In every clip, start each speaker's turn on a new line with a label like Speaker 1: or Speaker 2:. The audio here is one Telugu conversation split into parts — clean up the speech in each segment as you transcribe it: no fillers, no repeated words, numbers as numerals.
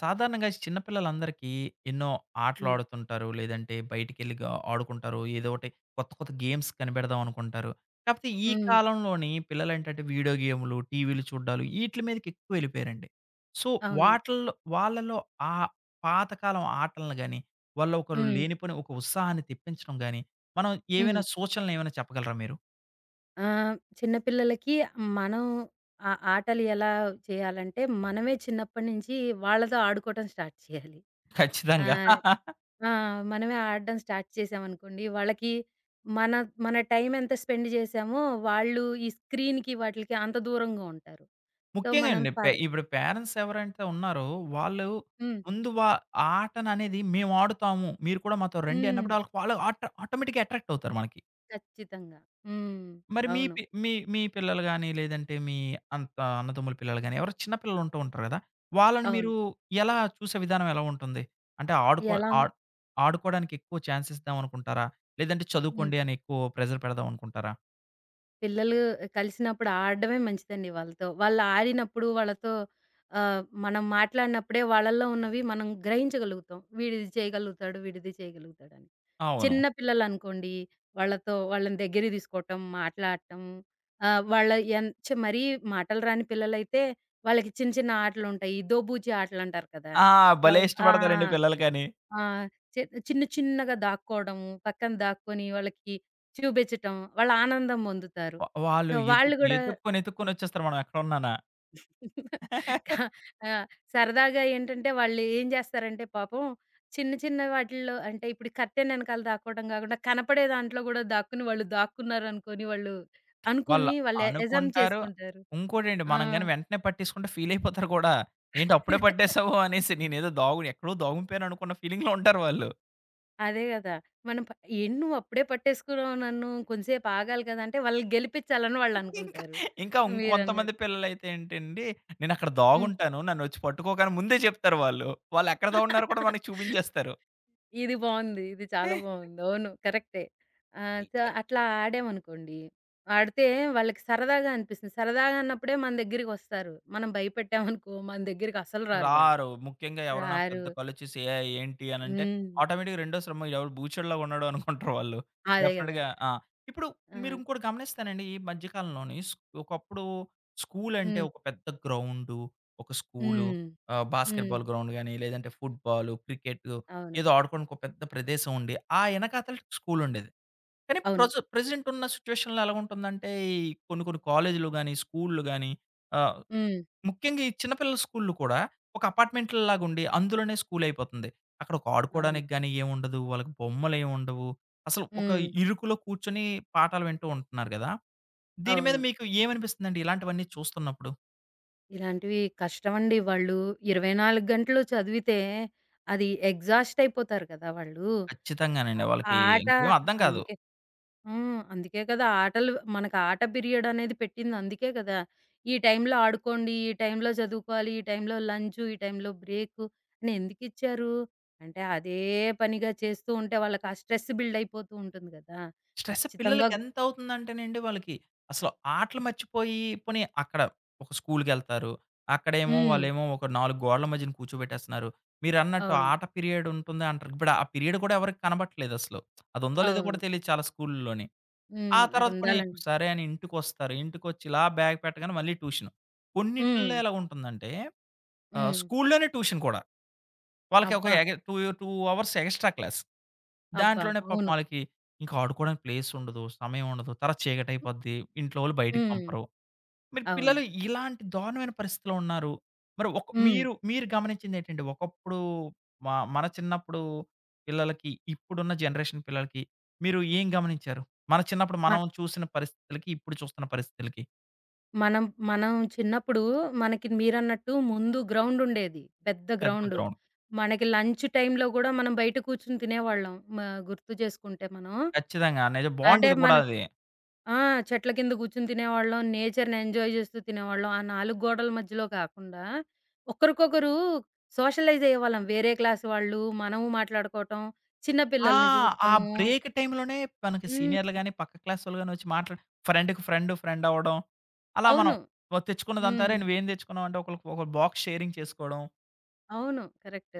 Speaker 1: సాధారణంగా చిన్న పిల్లలందరికీ ఎన్నో
Speaker 2: హ్మ్.
Speaker 1: ఆటలాడుతుంటారు. లేదంటే బయటికెళ్ళి ఆడుకుంటారు. ఏదోకటి కొత్త, కొత్త గేమ్స్ కనిపెడదాం అనుకుంటారు. కాపోతే ఈ
Speaker 2: హ్మ్.
Speaker 1: కాలంలోని పిల్లలేంటంటే వీడియో గేములు, టీవీలు చూడ్డాలు ఈట్లి మీదకి ఎక్కువ ఎళ్ళిపోయారండి. సో,
Speaker 2: అవును.
Speaker 1: వాటిల్లో వాళ్ళలో ఆ పాతకాలం ఆటలను గాని, వాళ్ళ ఒకళ్ళు
Speaker 2: హ్మ్.
Speaker 1: లేనిపోని ఒక ఉత్సాహాన్ని తెప్పించడం గాని, మనం
Speaker 2: హ్మ్.
Speaker 1: ఏవైనా సూచనలేమైనా చెప్పగలరా మీరు?
Speaker 2: చిన్న పిల్లలకి మనం ఆ ఆటలు ఎలా చేయాలంటే, మనమే చిన్నప్పటి నుంచి వాళ్ళతో ఆడుకోవటం స్టార్ట్ చేయాలి.
Speaker 1: ఖచ్చితంగా.
Speaker 2: ఆహ్, ఆ! మనమే ఆడడం స్టార్ట్ చేసామనుకోండి, వాళ్ళకి మన మన టైం ఎంత స్పెండ్ చేసామో, వాళ్ళు ఈ స్క్రీన్‌కి వాటిలకి అంత దూరంగా ఉంటారు. సో,
Speaker 1: ముఖ్యంగా
Speaker 2: మనం
Speaker 1: అండి.
Speaker 2: పర్
Speaker 1: ఇప్పుడు పేరెంట్స్ ఎవరైతే ఉన్నారో వాళ్ళు
Speaker 2: హ్మ్.
Speaker 1: ముందు వా ఆ ఆటననేది మేము ఆడుతాము. మీరు కూడా మాతో రండి
Speaker 2: హ్మ్.
Speaker 1: అన్నప్పుడు ఆళ్ళకి వాళ్ళు ఆట ఆటోమేటిక్‌గా అట్రాక్ట్ అవుతారు మనకి.
Speaker 2: ఖచ్చితంగా. హ్మ్.
Speaker 1: మరి మీ
Speaker 2: అవును.
Speaker 1: పి మీ మీ పిల్లలు గాని, లేదంటే మీ అన్నదమ్ముల పిల్లలు గాని ఎవరో చిన్న పిల్లలు ఉంటూ ఉంటారు గదా! వాళ్ళని
Speaker 2: అవును.
Speaker 1: మీరు ఎలా చూసే విధానం ఎలా ఉంటుంది? అంటే ఆడుకో
Speaker 2: ఎలా ఉంది?
Speaker 1: ఆడ్ ఆడుకోవడానికి ఎక్కువ ఛాన్స్ ఇద్దాం అనుకుంటారా? లేదంటే
Speaker 2: హ్మ్.
Speaker 1: చదువుకోండి అని ఎక్కువ ప్రెషర్ పెడదాం అనుకుంటారా?
Speaker 2: పిల్లలు కలిసినప్పుడు ఆడడమే మంచిదండి వాళ్ళతో. వాళ్ళు ఆడినప్పుడు వాళ్ళతో మనం మాట్లాడినప్పుడే వాళ్ళలో ఉన్నవి మనం గ్రహించగలుగుతాం. వీడిది చేయగలుగుతాడు, వీడిది చేయగలుగుతాడని.
Speaker 1: అవును.
Speaker 2: చిన్న పిల్లలనుకోండి వాళ్ళతో వాళ్ళని దగ్గరికి తీసుకోవటం, మాట్లాడటం ఆహ్, వాళ్ళ ఎన్ చ మరీ మాటలు రాని పిల్లలైతే వాళ్ళకి చిన్న చిన్న ఆటలుంటాయి. దోబూచి ఆటలంటారు కదా!
Speaker 1: ఆ! భలే
Speaker 2: అవ్ ఆ!
Speaker 1: ఇష్టపడతారండి పిల్లలు కానీ.
Speaker 2: ఆ! చి చిన్న చిన్నగా దాక్కోవడము, పక్కన దాక్కొని వాళ్ళకి చూపించటం, వాళ్ళు ఆనందం పొందుతారు.
Speaker 1: వ
Speaker 2: సో,
Speaker 1: వాళ్ళు ఎతు
Speaker 2: వాళ్ళు గూడా
Speaker 1: ఎతుక్కొని, ఎతుక్కొని వచ్చేస్తారు మనం ఎక్కడున్నానా.
Speaker 2: కా ఆ! సరదాగా ఏంటంటే వాళ్ళు ఏం జేస్తారంటే పాపం చిన్న చిన్న వాటిల్లో అంటే ఇప్పుడు కర్టెన్ ఎనకాల దాక్కోవడం గాకుండా, కనపడే దాంట్లో గూడా దాక్కుని వాళ్ళు దాక్కున్నారనుకోని వాళ్ళు
Speaker 1: వాళ్ళు
Speaker 2: అనుకుని వాళ్ళు అసమ్ప్
Speaker 1: అనుకుంటారు.
Speaker 2: చేసుకుంటారు.
Speaker 1: ఇంకోటండి
Speaker 2: ఆ!
Speaker 1: మనం గాని వెంటనే పట్టేసుకుంటే ఫీల్ అయిపోతారు కూడా. ఏంటి అప్పుడే పట్టేసావు అనేసి నేనేదో ఎక్కడో దాగుంపోయాను అనుకున్న ఫీలింగ్‌లో ఉంటారు వాళ్ళు.
Speaker 2: అదే గదా! మనం ప "ఏం నువ్వప్పుడే పట్టేసుకున్నావు నన్ను, కొంసేపు ఆగాలి కదా!" అంటే వాళ్ళని గెలిపిచ్చాలని
Speaker 1: ఇంకా
Speaker 2: వాళ్ళనుకుంటారు.
Speaker 1: ఇంకా ఇంకొంతమంది
Speaker 2: మీరన్నట్టు.
Speaker 1: పిల్లలైతే ఏంటండి, నేనక్కడ
Speaker 2: హ్మ్.
Speaker 1: దాగుంటాను. నన్ను వచ్చి పట్టుకోకు అని ముందే చెప్తారు వాళ్ళు. వాళ్ళెక్కడ దాగున్నారో కూడా మనకు చూపించేస్తారు.
Speaker 2: ఇది బావుంది. ఇది చాలా బావుంది. అవును. కరెక్టే. సో, అట్లా ఆడామనుకోండి, ఆడితే వాళ్ళకి సరదాగా అనిపిస్తుంది. సరదాగా అన్నప్పుడే మన దగ్గరికొస్తారు. మనం భయపెట్టామనుకో మన దగ్గరికసలు రారు వాళ్ళు.
Speaker 1: రారు. ముఖ్యంగా ఎవరైనా
Speaker 2: రారు.
Speaker 1: పెద్ద కళ్ళొచ్చేసి ఏయ్! ఏంటి అనంటే
Speaker 2: హ్మ్.
Speaker 1: ఆటోమేటిక్‌గా రెండోసారేమో ఈడెవడో బూచోడులా ఉన్నాడు అనుకుంటారు వాళ్ళు.
Speaker 2: అదే గదా!
Speaker 1: డెఫినిట్‌గా ఆ! ఇప్పుడు
Speaker 2: ఆ!
Speaker 1: మీరు ఇంకోటి గమనిస్తానండి ఈ మధ్య కాలంలోని స్ ఒకప్పుడు స్కూలంటే
Speaker 2: హ్మ్.
Speaker 1: ఒక పెద్ద గ్రౌండు, ఒక స్కూలు,
Speaker 2: హ్మ్.
Speaker 1: ఆహ్,
Speaker 2: హ్మ్.
Speaker 1: బాస్కెట్‌బాల్ గ్రౌండ్ గాని, లేదంటే ఫుట్‌బాలు, క్రికెటు
Speaker 2: అవును.
Speaker 1: ఏదో ఆడుకోవడానికి ఒక పెద్ద ప్రదేశం ఉండి, ఆ ఎనకాతల స్కూలుండేది. కానీ
Speaker 2: అవును.
Speaker 1: ప్రెజెంట్ ఉన్న సిట్యుయేషన్‌లో ఎలాగుంటుందంటే, ఈ కొన్ని కొన్ని కాలేజీలు గాని, స్కూల్లు గాని ఆహ్,
Speaker 2: హ్మ్.
Speaker 1: ముఖ్యంగా ఈ చిన్న పిల్లల స్కూల్లు కూడా ఒక అపార్ట్‌మెంట్‌లాగా ఉండి అందులోనే స్కూల్ అయిపోతుంది. అక్కడ ఒక
Speaker 2: అవును.
Speaker 1: ఆడుకోవడానికి గాని ఏముండదు. వాళ్ళకి బొమ్మలేమి ఉండవు. అసలు ఒక
Speaker 2: హ్మ్.
Speaker 1: ఇరుకులో కూర్చొని పాఠాలు వింటూ ఉంటున్నారు గదా! దీని మీద
Speaker 2: అవును.
Speaker 1: మీకు ఏమనిపిస్తుందండి ఇలాంటివన్నీ చూస్తున్నప్పుడు?
Speaker 2: ఇలాంటివి కష్టమండి. వాళ్ళు 24 గంటలు చదివితే అది ఎగ్జాస్ట్ అయిపోతారు కదా! వాళ్ళు. అ
Speaker 1: ఖచ్చితంగానండి. వాళ్ళకి
Speaker 2: ఆట
Speaker 1: ఇంకేం అర్థం కాదు.
Speaker 2: అందుకే హ్మ్. అందుకే కదా! ఆటలు మనకు ఆట పీరియడ్ అనేది పెట్టింది అందుకే కదా! ఈ టైంలో ఆడుకోండి, ఈ టైంలో చదువుకోవాలి, ఈ టైంలో లంచు, ఈ టైంలో బ్రేకు అని ఎందుకిచ్చారు? అంటే అదే పనిగా చేస్తూ ఉంటే వాళ్ళకి ఆ స్ట్రెస్ బిల్డ్ అయిపోతూ ఉంటుంది కదా!
Speaker 1: స్ట్రెస్
Speaker 2: ఖచ్చితంగా
Speaker 1: పిల్లలకెంత అవుతుందంటేనండి వాళ్ళకి అసలు ఆటలు మర్చిపోయి పోనీ అక్కడ ఒక స్కూల్‌కెళ్తారు. అక్కడేమో
Speaker 2: హ్మ్.
Speaker 1: వాళ్ళేమో ఒక 4 గోడల మధ్యన కూర్చోబెట్టేస్తున్నారు. మీరన్నట్టు
Speaker 2: అవును.
Speaker 1: ఆట పీరియడ్ ఉంటుంది అంటారు. ఇప్పుడు ఆ పీరియడ్ కూడా ఎవరికీ కనబట్లేదసలు. అదుందో లేదో కూడా
Speaker 2: అవును.
Speaker 1: తెలీదు చాలా స్కూల్‌ల్లోని.
Speaker 2: హ్మ్.
Speaker 1: ఆ
Speaker 2: అది
Speaker 1: తర్వాత పోనీ
Speaker 2: ఉండాలండి.
Speaker 1: సరే అని ఇంటికొస్తారు. ఇంటికొచ్చి ఇలా బ్యాగ్ పెట్టగానే మళ్ళీ ట్యూషన్.
Speaker 2: హ్మ్.
Speaker 1: కొన్నిటిల్లో ఎలా ఉంటుందంటే ఆహ్,
Speaker 2: హ్మ్.
Speaker 1: స్కూల్‌లోనే ట్యూషన్ కూడా. వాళ్ళకి ఒక
Speaker 2: అబ్బా!
Speaker 1: ఎగ 2 2 అవర్స్ ఎక్స్‌ట్రా క్లాస్.
Speaker 2: అబ్బా!
Speaker 1: దాంట్లోనే పాపం
Speaker 2: అవును.
Speaker 1: ఆళ్ళకి ఇంకా ఆడుకోవడానికి ప్లేస్ ఉండదు. సమయం ఉండదు. తర్వాత చీకటైపోద్ది. ఇంట్లో వాళ్ళు బయటికి
Speaker 2: హ్మ్.
Speaker 1: పంపరు. మరి
Speaker 2: అవును.
Speaker 1: పిల్లలు ఇలాంటి దారుణమైన పరిస్థితిలో ఉన్నారు. మరి ఒక
Speaker 2: హ్మ్.
Speaker 1: మీరు మీరు గమనించిందేంటండి? ఒకప్పుడు మ మన చిన్నప్పుడు పిల్లలకి, ఇప్పుడున్న జనరేషన్ పిల్లలకి మీరు ఏం గమనించారు? మన చిన్నప్పుడు
Speaker 2: మ
Speaker 1: మనం చూసిన పరిస్థితులకి, ఇప్పుడు చూస్తున్న పరిస్థితులకి
Speaker 2: మనం మనం చిన్నప్పుడు మనకి మీరన్నట్టు ముందు గ్రౌండుండేది. పెద్ద
Speaker 1: పెద్ద
Speaker 2: గ్రౌండు.
Speaker 1: గ్రౌండ్.
Speaker 2: మనకి లంచ్ టైమ్‌లో గూడా మనం బయట కూర్చొని తినేవాళ్ళం. గుర్తు చేసుకుంటే మనం.
Speaker 1: ఖచ్చితంగా. నిజం
Speaker 2: అంటే
Speaker 1: బావుండేది
Speaker 2: మన
Speaker 1: కూడా అది.
Speaker 2: ఆ! చెట్ల కింద కూర్చొని తినేవాళ్ళం. నేచర్‌ని ఎంజాయ్ చేస్తూ తినేవాళ్ళం. ఆ 4 గోడల మధ్యలో కాకుండా ఒకరికొకరు సోషలైజ్ అయ్యేవాళ్ళం. వేరే క్లాస్ వాళ్ళు, మనము మాట్లాడుకోవటం, చిన్న
Speaker 1: ఆ!
Speaker 2: పిల్లల్ని
Speaker 1: ఆ
Speaker 2: చూడటము.
Speaker 1: బ్రేక్ టైమ్‌లోనే మనకి
Speaker 2: హ్మ్.
Speaker 1: సీనియర్‌లు గాని, పక్క క్లాస్ వాళ్ళు గాని వచ్చి మాట్లాడి ఫ్రెండ్‌కి ఫ్రెండ్, ఫ్రెండ్ అవ్వడం. అలా మనం
Speaker 2: అవును.
Speaker 1: తెచ్చుకున్నదంతా
Speaker 2: హ్మ్.
Speaker 1: "అరేయ్! నువ్వేం తెచ్చుకున్నావు" అంటే ఒకళ్ళకి ఒకళ్ళు బాక్స్ షేరింగ్ చేసుకోవడం.
Speaker 2: అవును. కరెక్ట్.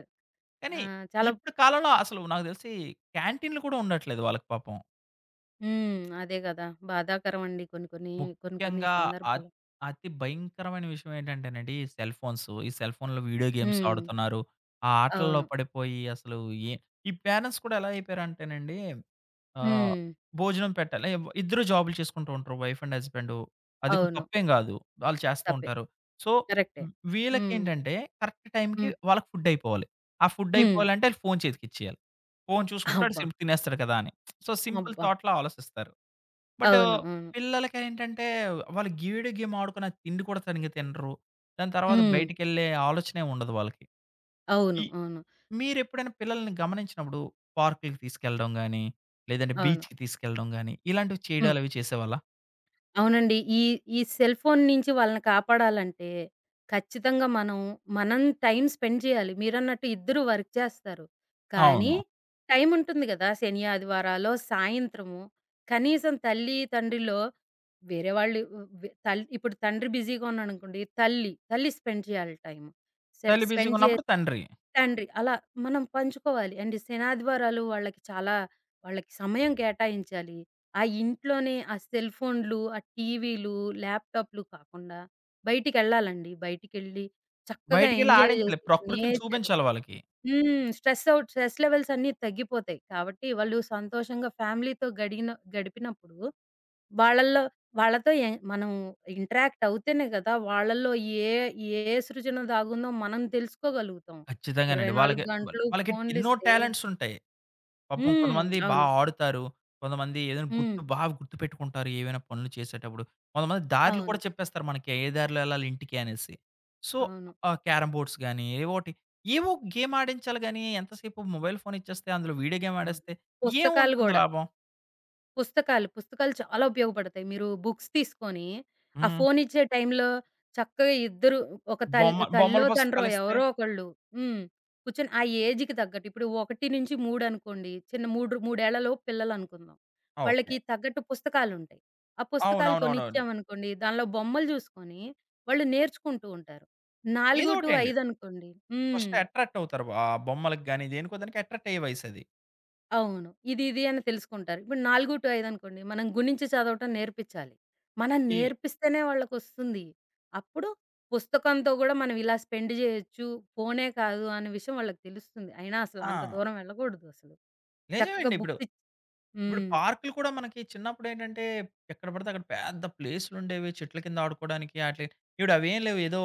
Speaker 2: ఆ!
Speaker 1: కానీ
Speaker 2: చాలా
Speaker 1: ఇప్పుడు కాలంలో అసలు నాకు తెలిసి క్యాంటీన్‌లు కూడా ఉండట్లేదు వాళ్ళకి పాపం.
Speaker 2: హ్మ్. అదే గదా! బాధాకరం అండి కొన్ని కొన్ని
Speaker 1: ముఖ్యంగా
Speaker 2: సందర్భాలు.
Speaker 1: అత్ అతి భయంకరమైన విషయం ఏంటంటేనండి ఈ సెల్ ఫోన్స్. ఈ సెల్ ఫోన్‌లో వీడియో గేమ్స్
Speaker 2: హ్మ్.
Speaker 1: ఆడుతున్నారు. ఆ ఆటల్లో
Speaker 2: అవును.
Speaker 1: పడిపోయి అసలు ఏ ఈ పేరెంట్స్ కూడా ఎలా అయిపోయారంటేనండి ఆహ్,
Speaker 2: హ్మ్.
Speaker 1: భోజనం పెట్టాలి. ఇద్దరు జాబులు చేసుకుంటూ ఉంటారు. Wife and husband. అది
Speaker 2: అవును.
Speaker 1: తప్పేం గాదు. వాళ్ళు చేస్తూ
Speaker 2: తప్పే.
Speaker 1: ఉంటారు. సో,
Speaker 2: కరెక్టే.
Speaker 1: హ్మ్,
Speaker 2: హ్మ్.
Speaker 1: వీళ్ళకేంటంటే కరెక్ట్ టైంకి
Speaker 2: హ్మ్.
Speaker 1: వాళ్ళకి ఫుడ్ అయిపోవాలి. ఆ ఫుడ్
Speaker 2: హ్మ్.
Speaker 1: అయిపోవాలంటే ఆళ్ళు ఫోను చేతికిచ్చేయాలి. ఫోను చూసుకుంటూ ఆడు
Speaker 2: అబ్బా!
Speaker 1: సింపుల్ తినేస్తాడు కదా! అని. సో, సింపుల్
Speaker 2: అబ్బా!
Speaker 1: థాట్‌లో ఆలోచిస్తారు. బట్
Speaker 2: అవును. అవును.
Speaker 1: పిల్లలకేంటంటే వాళ్ళు గీడు గేమ్ ఆడుకుని ఆ తిండి కూడా సరిగ్గా తినరు. దాని తర్వాత
Speaker 2: హ్మ్.
Speaker 1: బయటికెళ్ళే ఆలోచనే ఉండదు వాళ్ళకి.
Speaker 2: అవును.
Speaker 1: ఈ
Speaker 2: అవును.
Speaker 1: మీరెప్పుడైనా పిల్లల్ని గమనించినప్పుడు పార్కులకి తీసుకెళ్ళడం గాని, లేదంటే
Speaker 2: అవును.
Speaker 1: బీచ్‌కి తీసుకెళ్ళడం గాని, ఇలాంటివి
Speaker 2: హ్మ్.
Speaker 1: చేయడాలవి చేసేవాళ్ళా?
Speaker 2: అవునండి. ఈ ఈ సెల్ ఫోన్ నుంచి వాళ్ళని కాపాడాలంటే, ఖచ్చితంగా మనం, మనం టైమ్ స్పెండ్ చేయాలి. మీరన్నట్టు ఇద్దరు వర్క్ చేస్తారు. కానీ
Speaker 1: అవును.
Speaker 2: టైమ్ ఉంటుంది గదా! శని, ఆదివారాలో సాయంత్రము కనీసం తల్లి, తండ్రిలో వేరే వాళ్ళు వె తల్ ఇప్పుడు తండ్రి బిజీగా ఉన్నాడనుకోండి, తల్లి స్పెండ్ చేయాలి టైమ్. సెప్
Speaker 1: తల్లి
Speaker 2: స్పెండ్ చే
Speaker 1: బిజీగున్నప్పుడు తండ్రి.
Speaker 2: తండ్రి అలా మనం పంచుకోవాలి. అండ్ శనాదివారాలు వాళ్ళకి చాలా వాళ్ళకి సమయం కేటాయించాలి. ఆ ఇంట్లోనే ఆ సెల్ ఫోన్‌లు, ఆ టీవీలు, ల్యాప్‌టాప్‌లు కాకుండా బయటికెళ్ళాలండి. బయటికెళ్ళి చక్కగా
Speaker 1: బయటికెళ్ళి
Speaker 2: ఎంజాయ్
Speaker 1: ఆడించలే.
Speaker 2: చేసి
Speaker 1: ప్రకృతిని
Speaker 2: నేచర్
Speaker 1: చూపించాలి వాళ్ళకి.
Speaker 2: హ్మ్. స్ట్రెస్ లెవెల్స్ అన్నీ తగ్గిపోతాయి. కాబట్టి వాళ్ళు సంతోషంగా ఫ్యామిలీతో గడిపినప్పుడు వాళ్ళల్లో వాళ్ళతో మనం ఇంటరాక్ట్ అవుతేనే కదా! వాళ్ళల్లో ఏ ఏ సృజన దాగుందో మనం తెలుసుకోగలుగుతాం.
Speaker 1: ఖచ్చితంగానండి. వాళ్ళకి,
Speaker 2: 24 గంటలు
Speaker 1: వాళ్ళకి ఎన్నో
Speaker 2: ఫోన్‌లిస్తే
Speaker 1: టాలెంట్సుంటాయి. పాపం
Speaker 2: హ్మ్.
Speaker 1: కొంతమంది బా
Speaker 2: అవును.
Speaker 1: ఆడుతారు. కొంతమంది ఏదైనా
Speaker 2: హ్మ్.
Speaker 1: గుర్తుపెట్టుకుంటారు ఏవైనా పనులు చేసేటప్పుడు. కొంతమంది దారులు
Speaker 2: అవును.
Speaker 1: కూడా చెప్పేస్తారు మనకి. ఏ దారిలో ఎళ్ళాలి ఇంటికి అనేసి. సో,
Speaker 2: అవును.
Speaker 1: ఆ క్యారమ్ బోర్డ్స్ గాని, ఏవోటి ఏవో గేమ్ ఆడించాలి గాని, ఎంతసేపు మొబైల్ ఫోన్ ఇచ్చేస్తే, అందులో వీడియో గేమ్
Speaker 2: ఆ!
Speaker 1: ఆడేస్తే
Speaker 2: పుస్తకాలు
Speaker 1: ఏముంటుంది
Speaker 2: గూడా.
Speaker 1: లాభం?
Speaker 2: పుస్తకాలు చాలా ఉపయోగపడతాయి. మీరు బుక్స్ తీసుకొని, ఆ
Speaker 1: హ్మ్.
Speaker 2: ఫోన్ ఇచ్చే టైంలో చక్కగా ఇద్దరు ఒక తల్ తల్లో,
Speaker 1: బొమ్మల
Speaker 2: తండ్రో
Speaker 1: పుస్తకాలిస్తే
Speaker 2: ఎవరో ఒకళ్ళు హ్మ్. కూర్చొని ఆ ఏజ్‌కి తగ్గట్టు ఇప్పుడు 1-3 అనుకోండి. చిన్న 3 మూడేళ్లలోపు పిల్లలనుకుందాం.
Speaker 1: ఓకే.
Speaker 2: వాళ్ళకి తగ్గట్టు పుస్తకాలుంటాయి. ఆ పుస్తకాలు
Speaker 1: అవునవునవునవును.
Speaker 2: కొనిచ్చామనుకోండి, దానిలో బొమ్మలు జూసుకొని, వాళ్ళు నేర్చుకుంటూ ఉంటారు.
Speaker 1: ఏదోకటండి.
Speaker 2: 4-5 అనుకోండి హ్మ్.
Speaker 1: ఫస్ట్ అట్రాక్ట్ అవుతారు. ఆ బొమ్మలకి గాని, దేనికో దానికి అట్రాక్ట్ అయ్యే వయసది.
Speaker 2: అవును. ఇది అని తెలుసుకుంటారు. ఇప్పుడు 4-5 అనుకోండి, మనం గుణించి చదవటం నేర్పిచ్చాలి. మనం
Speaker 1: ఈ
Speaker 2: నేర్పిస్తేనే వాళ్ళకొస్తుంది. అప్పుడు పుస్తకంతో గూడా మనం ఇలా స్పెండ్ జేయొచ్చు, ఫోనే కాదు అనే విషయం వాళ్ళకి తెలుస్తుంది. అయినా అసలు
Speaker 1: ఆ!
Speaker 2: అంత దూరం వెళ్ళకూడదు అసలు. చక్కగా
Speaker 1: నిజమేండి ఇప్పుడు.
Speaker 2: బుక్స్ ఇచ్
Speaker 1: ఇప్పుడు
Speaker 2: హ్మ్.
Speaker 1: పార్కులు కూడా మనకి చిన్నప్పుడేంటంటే, ఎక్కడ పడితే అక్కడ పెద్ద ప్లేసులుండేవి. చెట్ల కింద ఆడుకోవడానికి ఆటిలకి. ఇప్పుడు అవేం లేవు. ఏదో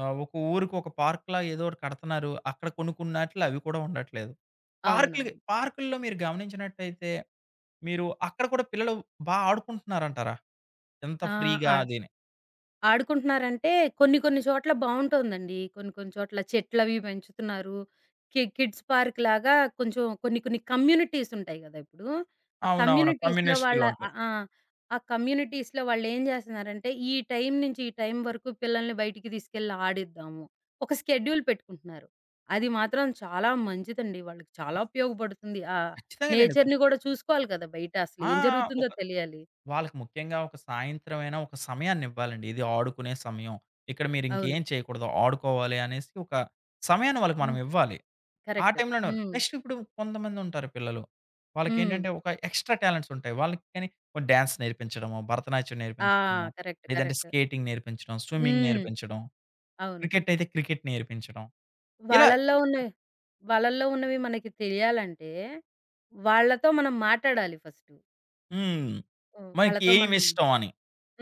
Speaker 1: ఆహ్, ఒక ఊరికి ఒక పార్క్‌లా ఏదో ఒకటి కడతన్నారు. అక్కడ కొనుక్కున్నట్లు అవి కూడా ఉండట్లేదు.
Speaker 2: అవునవును.
Speaker 1: పార్కుల్లో మీరు గమనించినట్టయితే, మీరు అక్కడ కూడా పిల్లలు బా ఆడుకుంటున్నారంటారా? ఎంత
Speaker 2: ఆ!
Speaker 1: ఫ్రీగా
Speaker 2: ఆ!
Speaker 1: అదిని.
Speaker 2: ఆడుకుంటున్నారంటే కొన్ని కొన్ని చోట్ల బావుంటోందండి. కొన్ని కొన్ని చోట్ల చెట్లవి పెంచుతున్నారు. కిడ్స్ పార్క్‌లాగా కొంచెం కొన్ని కొన్ని కమ్యూనిటీస్ ఉంటాయి గదా! ఇప్పుడు. ఆ
Speaker 1: అవునవును.
Speaker 2: కమ్యూనిటీస్‌లో వాళ్ళ ఆ!
Speaker 1: కమ్యూనిటీలుంటాయి.
Speaker 2: ఆ! ఆ కమ్యూనిటీస్‌లో వాళ్ళేం జేస్తున్నారంటే, ఈ టైం నుంచి ఈ టైం వరకు పిల్లల్ని బయటికి తీసుకెళ్ళి ఆడిద్దాము. ఒక స్కెడ్యూల్ పెట్టుకుంటున్నారు. అది మాత్రం చాలా మంచిదండి. వాళ్ళకి చాలా ఉపయోగపడుతుంది. ఆ
Speaker 1: ఖచ్చితంగానండి.
Speaker 2: నేచర్‌ని
Speaker 1: కొంచెం
Speaker 2: గూడా చూసుకోవాలి కదా! బయట అసలు
Speaker 1: ఆ!
Speaker 2: ఏం
Speaker 1: ఆ!
Speaker 2: జరుగుతుందో
Speaker 1: ఒక
Speaker 2: తెలియాలి.
Speaker 1: వాళ్ళకి ముఖ్యంగా ఒక సాయంత్రం అయినా ఒక సమయాన్నివ్వాలండి. ఇది ఆడుకునే సమయం. ఇక్కడ మీరు
Speaker 2: అవును.
Speaker 1: ఇంకేం చేయకూడదు. ఆడుకోవాలి అనేసి ఒక సమయాన్ని వాళ్ళకి మనం
Speaker 2: హ్మ్.
Speaker 1: ఇవ్వాలి. ఆ
Speaker 2: కరెక్ట్.
Speaker 1: టైంలోనే
Speaker 2: హ్మ్.
Speaker 1: నెక్స్ట్ ఇప్పుడు కొంతమందుంటారు పిల్లలు.
Speaker 2: హ్మ్.
Speaker 1: వాళ్ళకేంటంటే ఒక ఎక్స్‌ట్రా టాలెంట్స్ ఉంటాయి. వాళ్ళకి కానీ డాన్స్ నేర్పించడమో, భరతనాట్యం
Speaker 2: ఆ!
Speaker 1: నేర్పించడమో,
Speaker 2: కరెక్ట్.
Speaker 1: లేదంటే
Speaker 2: కరెక్ట్.
Speaker 1: స్కేటింగ్ నేర్పించడం, స్విమ్మింగ్
Speaker 2: హ్మ్.
Speaker 1: నేర్పించడం,
Speaker 2: అవును.
Speaker 1: క్రికెట్ అయితే క్రికెట్ నేర్పించడం. ఇలా
Speaker 2: వాళ్ళల్లో ఉన్నవి వాళ్ళల్లో ఉన్నవి మనకి తెలియాలంటే వాళ్ళతో మనం మాటాడాలి ఫస్టు.
Speaker 1: హ్మ్.
Speaker 2: హ్మ్.
Speaker 1: మనకి
Speaker 2: వాళ్ళతో మనం
Speaker 1: ఏమిష్టం అని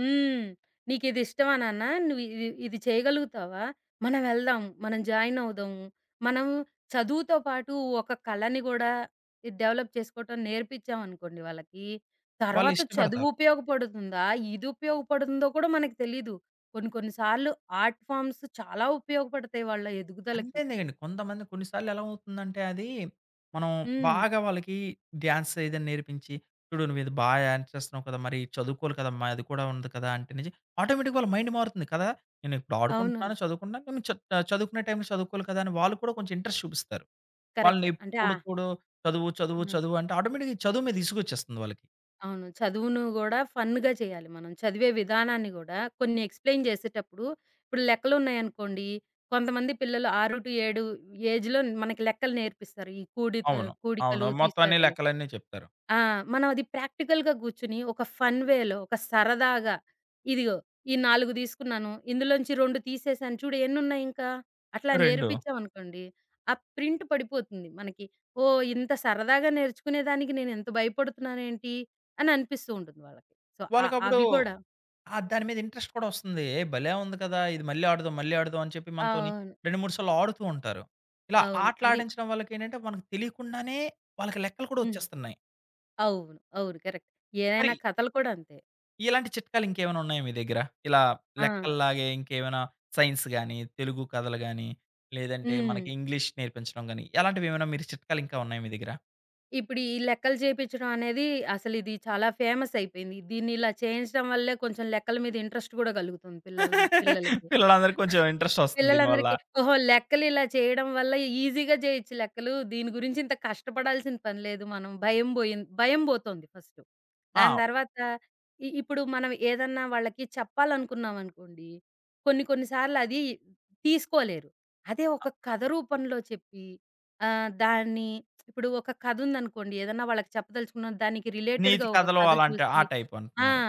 Speaker 2: హ్మ్. "నీకిది ఇష్టమా నాన్న? నువ్వు ఇది ఇది చేయగలుగుతావా? మనం వెళ్దాం. మనం జాయిన్ అవుదాము. మనం చదువుతో పాటు ఒక కళని గూడా ఇది డెవలప్ చేసుకోవటం నేర్పించామనుకోండి వాళ్ళకి,
Speaker 1: వాళ్ళు
Speaker 2: తర్వాత చదువు
Speaker 1: ఇష్టపడతారు.
Speaker 2: ఉపయోగపడుతుందా? ఇది ఉపయోగపడుతుందో కూడా మనకు తెలీదు. కొన్ని కొన్ని సార్లు ఆర్ట్ ఫార్మ్స్ చాలా ఉపయోగపడతాయి వాళ్ళ ఎదుగుదలకి."
Speaker 1: అంతేలెండి. కొంతమంది కొన్ని సార్లు ఎలా అవుతుందంటే అది, మనం
Speaker 2: హ్మ్.
Speaker 1: బాగా వాళ్ళకి డాన్స్ ఏదైనా నేర్పించి, చూడు నువ్వు ఇది బాగా డాన్స్ చేస్తున్నావు కదా! మరి చదువుకోవాలి కదమ్మా! అది కూడా ఉంది కదా! అంటే నిజం ఆటోమేటిక్‌గా వాళ్ళ మైండ్ మారుతుంది కదా! నేను ఇప్పుడు
Speaker 2: అవునవును.
Speaker 1: ఆడుకుంటున్నాను, చదువుకుంటున్నాను. నేను చ చదువుకునే టైంలో చదువుకోవాలి కదా! అని వాళ్ళు కూడా కొంచెం ఇంట్రెస్ట్ చూపిస్తారు.
Speaker 2: కరెక్ట్.
Speaker 1: వాళ్ళని
Speaker 2: అంటే ఆ!
Speaker 1: ఎప్పుడు చూడు చదువు, చదువు,
Speaker 2: ఆ!
Speaker 1: చదువు అంటే ఆటోమేటిక్‌గా ఈ చదువు మీద ఇసుగొచ్చేస్తుంది వాళ్ళకి.
Speaker 2: అవును. చదువును గూడా ఫన్‌గా చేయాలి మనం. చదివే విధానాన్ని గూడా కొన్ని ఎక్స్‌ప్లెయిన్ చేసేటప్పుడు ఇప్పుడు లెక్కలున్నాయనుకోండి, కొంతమంది పిల్లలు 6-7 ఏజ్‌లో మనకి లెక్కలు నేర్పిస్తారు. ఈ కూడిత
Speaker 1: అవును. అవును.
Speaker 2: కూడికలు,
Speaker 1: మొత్తం అన్ని
Speaker 2: తీసివేతలు.
Speaker 1: లెక్కలన్నీ చెప్తారు.
Speaker 2: ఆ! మనం అది ప్రాక్టికల్‌గా గూర్చొని ఒక ఫన్ వేలో, ఒక సరదాగా ఇదిగో ఈ 4 తీసుకున్నాను. ఇందులోంచి 2 తీసేసాను చూడు ఎన్నున్నాయి ఇంకా? అట్లా
Speaker 1: 2
Speaker 2: నేర్పించామనుకోండి. ఆ ప్రింట్ పడిపోతుంది మనకి. ఓహ్! ఇంత సరదాగా నేర్చుకునేదానికి నేనింత భయపడుతున్నానేంటి అని అనిపిస్తూ ఉంటుంది వాళ్ళకి. సో,
Speaker 1: వాళ్ళకప్పుడు
Speaker 2: అవి కూడా
Speaker 1: ఆ! దాని మీద ఇంట్రెస్ట్ కూడా వస్తుంది. "ఏ భలే ఉంది కదా! ఇది మళ్ళీ ఆడుదాం, మళ్ళీ ఆడుదాం" అని చెప్పి మనతోని
Speaker 2: అవును.
Speaker 1: 2, 3 సార్లు ఆడుతూ ఉంటారు. ఇలా
Speaker 2: అవును.
Speaker 1: ఆటలు
Speaker 2: అది
Speaker 1: ఆడించడం వల్ల ఏంటంటే మనకు తెలియకుండానే వాళ్ళకి లెక్కలు కూడా
Speaker 2: హ్మ్.
Speaker 1: వచ్చేస్తున్నాయి.
Speaker 2: అవును. అవును. కరెక్ట్. ఏదైనా
Speaker 1: మరి
Speaker 2: కథలు కూడా అంతే.
Speaker 1: ఇలాంటి చిట్కాలు ఇంకేమైనా ఉన్నాయా మీ దగ్గర? ఇలా
Speaker 2: ఆ!
Speaker 1: లెక్కల్లాగే ఇంకేమైనా సైన్స్ గాని, తెలుగు కథలు గాని, లేదంటే
Speaker 2: హ్మ్.
Speaker 1: మనకి ఇంగ్లీష్ నేర్పించడం గాని, అలాంటివి ఏమైనా మీరు చిట్కాలు ఇంకా ఉన్నాయా మీ దగ్గర?
Speaker 2: ఇప్పుడు ఈ లెక్కలు చేపిచ్చడం అనేది అసలిది చాలా ఫేమస్ అయిపోయింది. దీన్ని ఇలా చేయించడం వల్లే కొంచెం లెక్కల మీద ఇంట్రెస్ట్ గూడా గలుగుతుంది పిల్లలకి.
Speaker 1: పిల్లలందరికి కొంచెం ఇంట్రెస్ట్ వస్తుంది దీనివల్ల.
Speaker 2: పిల్లలందరికీ ఓహో! లెక్కలిలా చేయడం వల్ల ఈజీగా జేయొచ్చు లెక్కలు. దీని గురించి ఇంత కష్టపడాల్సిన పని లేదు. మనం భయం బోతోంది ఫస్టు. దాని
Speaker 1: ఆ!
Speaker 2: తర్వాత ఇప్పుడు మనం ఏదన్నా వాళ్ళకి చెప్పాలనుకున్నామనుకోండి, కొన్ని కొన్ని సార్లు అది తీసుకోలేరు. అదే ఒక కథ రూపంలో చెప్పి ఆహ్, దాన్ని ఇప్పుడు ఒక కథుందనుకోండి, ఏదన్నా వాళ్ళకి చెప్పదలుచుకున్నాం దానికి రిలేటెడ్‌గా
Speaker 1: నీతి
Speaker 2: ఒక
Speaker 1: కథలు
Speaker 2: కథ
Speaker 1: అలాంటి
Speaker 2: చూసి
Speaker 1: ఆ టైప్
Speaker 2: ఆ!
Speaker 1: అంటున్నారు.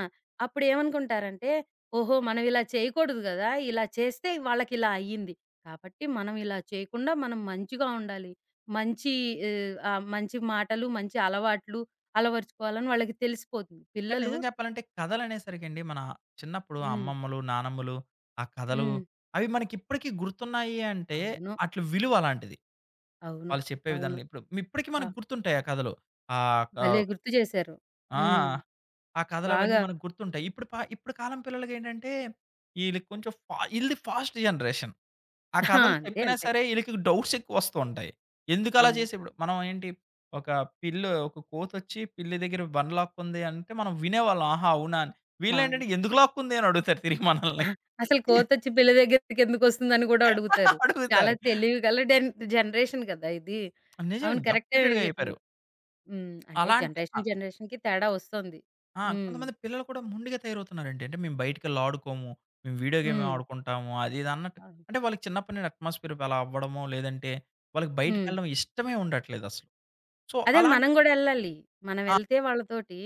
Speaker 2: అప్పుడేమనుకుంటారంటే ఓహో! మనం ఇలా చేయకూడదు గదా! ఇలా చేస్తే వాళ్ళకిలా అయ్యింది. కాబట్టి మనం ఇలా చేయకుండా మనం మంచిగా ఉండాలి. మంచి ఆహ్, ఆహ్, మంచి మాటలు, మంచి అలవాట్లు అలవరుచుకోవాలని వాళ్ళకి తెలిసిపోతుంది.
Speaker 1: కానీ
Speaker 2: పిల్లలు
Speaker 1: నిజం చెప్పాలంటే కథలనేసరికండి మన చిన్నప్పుడు ఆ
Speaker 2: హ్మ్.
Speaker 1: అమ్మమ్మలు, నానమ్మలు ఆ కథలు
Speaker 2: హ్మ్.
Speaker 1: అవి మనకిప్పటికి గుర్తున్నాయి అంటే
Speaker 2: అవును.
Speaker 1: అట్ల విలువ అలాంటిది.
Speaker 2: అవును.
Speaker 1: వాళ్ళు చెప్పే
Speaker 2: అవును.
Speaker 1: విధానంలో ఇప్పుడు ఇప్పటికి
Speaker 2: అబ్బా!
Speaker 1: మనకు గుర్తుంటాయి ఆ కథలు. ఆహ్, క
Speaker 2: భలే గుర్తు చేశారు.
Speaker 1: ఆ!
Speaker 2: హ్మ్.
Speaker 1: ఆ కథలవన్నీ
Speaker 2: బాగా
Speaker 1: మనకు గుర్తుంటాయి. ఇప్పుడు కాలం పిల్లలకేంటంటే ఈళ్ళకి కొంచెం ఫా ఈళ్ళది ఫాస్ట్ జనరేషన్. ఆ
Speaker 2: ఆ!
Speaker 1: కథలు
Speaker 2: అంతే.
Speaker 1: చెప్పినా
Speaker 2: అంతే.
Speaker 1: సరే ఈళ్ళకి డౌట్స్ ఎక్కువొస్తూ ఉంటాయి. ఎందుకలా
Speaker 2: అవును.
Speaker 1: చేసి ఇప్పుడు మనం ఏంటి ఒక ఒక కోతొచ్చి పిల్లి దగ్గర బండ లాక్కుంది అంటే మనం వినేవాళ్ళం. ఆహా! అవునా! అని.
Speaker 2: అవును.
Speaker 1: వీళ్ళేంటంటే ఎందుకు లాక్కుంది అని అడుగుతారు తిరిగి మనల్ని.
Speaker 2: అసలు కోతొచ్చి పిల్ల దగ్గరికెందుకొస్తుందని గూడా అడుగుతారు. చాలా
Speaker 1: అడుగుతారు.
Speaker 2: తెలివి గల జనరేషన్ గదా! ఇది. అవును.
Speaker 1: నిజం
Speaker 2: కరెక్టే
Speaker 1: అప్‌డేటెడ్‌గా అయిపోయారు.
Speaker 2: చెప్పింది. హ్మ్. అంటే
Speaker 1: అలాంటి
Speaker 2: జనరేషన్,
Speaker 1: ఆహ్,
Speaker 2: జనరేషన్‌కి తేడా వస్తుంది.
Speaker 1: ఆ!
Speaker 2: హ్మ్.
Speaker 1: కొంతమంది పిల్లలు కూడా మొండిగా తయారవుతున్నారండి. అంటే మేము బయటికెళ్ళి ఆడుకోము. మేము వీడియో గేమే
Speaker 2: హ్మ్.
Speaker 1: ఆడుకుంటాము. అది ఇది అన్నట్టు.
Speaker 2: అవును.
Speaker 1: అంటే వాళ్ళకి చిన్నప్పటి నుండి అట్మాస్ఫియర్ అలా అవ్వడమో లేదంటే వాళ్ళకి
Speaker 2: హ్మ్.
Speaker 1: బయటికెళ్ళడం ఇష్టమే ఉండట్లేదసలు. సో
Speaker 2: అదే
Speaker 1: అలాంటి
Speaker 2: మనం గూడా ఎళ్ళాలి. మనం
Speaker 1: ఆ!
Speaker 2: ఎళ్తే వాళ్ళతోటి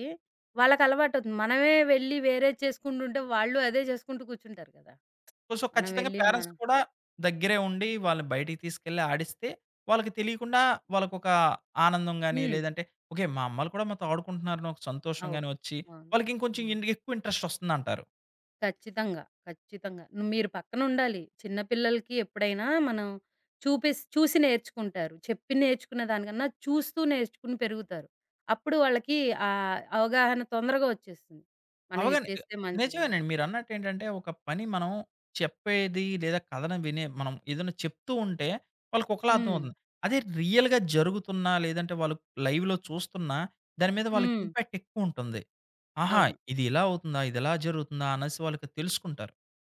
Speaker 2: వాళ్ళకి అలవాటవుతుంది. మనమే వెళ్ళి వేరేది చేసుకుంటుంటే వాళ్ళు అదే చేసుకుంటూ కూర్చుంటారు కదా!
Speaker 1: సో,
Speaker 2: మనం
Speaker 1: ఖచ్చితంగా
Speaker 2: వెళ్ళి
Speaker 1: పేరెంట్స్
Speaker 2: మనం
Speaker 1: కూడా దగ్గరే ఉండి వాళ్ళని బయటికి తీసుకెళ్ళి ఆడిస్తే, వాళ్ళకి తెలియకుండా వాళ్ళకొక ఆనందం గాని,
Speaker 2: హ్మ్.
Speaker 1: లేదంటే ఓకే. మా అమ్మలు కూడా మాతో ఆడుకుంటున్నారని ఒక సంతోషం
Speaker 2: అవు
Speaker 1: గాని వచ్చి,
Speaker 2: అవును.
Speaker 1: వాళ్ళకి ఇంకొంచెం
Speaker 2: హ్మ్.
Speaker 1: ఎక్కువ ఇంట్రెస్ట్ వస్తుందంటారు.
Speaker 2: ఖచ్చితంగా. ఖచ్చితంగా. మీరు పక్కనుండాలి. చిన్న పిల్లలకి ఎప్పుడైనా మనం చూసి నేర్చుకుంటారు. చెప్పి నేర్చుకునే దానికన్నా చూస్తూ నేర్చుకుని పెరుగుతారు. అప్పుడు వాళ్ళకి అవగాహన తొందరగా వచ్చేస్తుంది. మనం ఇది
Speaker 1: అవగానే
Speaker 2: చేస్తే మంచిది.
Speaker 1: నిజమేనండి. మీరన్నట్టు ఏంటంటే, ఒక పని మనం చెప్పేది లేదా కథను వినే మనం ఏదైనా చెప్తూ ఉంటే, వాళ్ళకి ఒకలా
Speaker 2: హ్మ్.
Speaker 1: అర్థమవుతుంది. అదే రియల్‌గా జరుగుతున్నా, లేదంటే వాళ్ళు లైవ్‌లో చూస్తున్నా, దాని మీద వాళ్ళకి
Speaker 2: హ్మ్.
Speaker 1: ఇంపాక్ట్ ఎక్కువ ఉంటుంది. ఆహా!
Speaker 2: అవును.
Speaker 1: ఇది ఇలా అవుతుందా? ఇదిలా జరుగుతుందా? అనేసి వాళ్ళకి తెలుసుకుంటారు.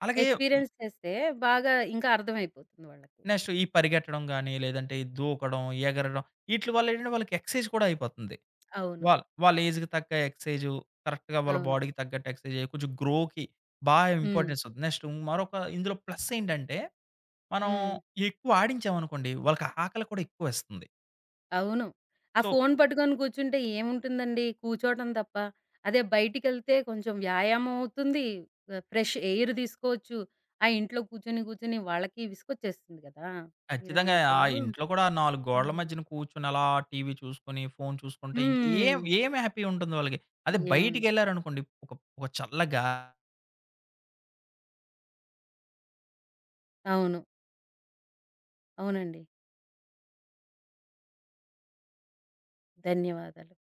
Speaker 1: అలాగే హ్మ్,
Speaker 2: ఎక్స్‌పీరియన్స్ చేస్తే బాగా ఇంకా అర్థమైపోతుంది వాళ్ళకి.
Speaker 1: నెక్స్ట్ ఈ పరిగెట్టడం గాని, లేదంటే ఈ దూకడం, ఎగరడం ఈట్లి వల్ల ఏంటంటే వాళ్ళకి ఎక్సర్సైజ్ కూడా అయిపోతుంది.
Speaker 2: అవును.
Speaker 1: వాళ్ళ వాళ్ళ ఏజ్‌కి తగ్గ ఎక్సర్సైజు, కరెక్ట్‌గా వాళ్ళ
Speaker 2: అవును.
Speaker 1: బాడీకి తగ్గట్టు ఎక్సర్సైజ్ అయ్యి కొంచెం గ్రోకి బా
Speaker 2: హ్మ్.
Speaker 1: ఇంపార్టెన్స్ ఉంది. నెక్స్ట్ మరొక ఇందులో ప్లస్ ఏంటంటే, మనం
Speaker 2: హ్మ్.
Speaker 1: ఎక్కువ ఆడించామనుకోండి వాళ్ళకి ఆకలి కూడా ఎక్కువేస్తుంది.
Speaker 2: అవును. ఆ
Speaker 1: సో
Speaker 2: ఫోను పట్టుకొని కూర్చుంటే ఏముంటుందండి? కూర్చోవటం తప్ప. అదే బయటికెళ్తే కొంచెం వ్యాయామం అవుతుంది. ఫ్రెష్ ఎయిర్ తీసుకోవచ్చు. ఆ ఇంట్లో కూర్చొని వాళ్ళకి విసుగొచ్చేస్తుంది కదా!
Speaker 1: ఖచ్చితంగా.
Speaker 2: మీరన్నట్టు.
Speaker 1: ఆ ఇంట్లో కూడా 4 గోడల
Speaker 2: హ్మ్.
Speaker 1: మధ్యన కూర్చొని అలా టీవీ చూసుకొని, ఫోను చూసుకుంటే ఇంకేం
Speaker 2: హ్మ్.
Speaker 1: ఏం ఏం హ్యాపీ ఉంటుంది వాళ్ళకి. అదే
Speaker 2: ఏముండదు.
Speaker 1: బయటికెళ్లారనుకోండి, ఒక ఒక చల్ల గా
Speaker 2: అవును. అవునండి. ధన్యవాదాలు.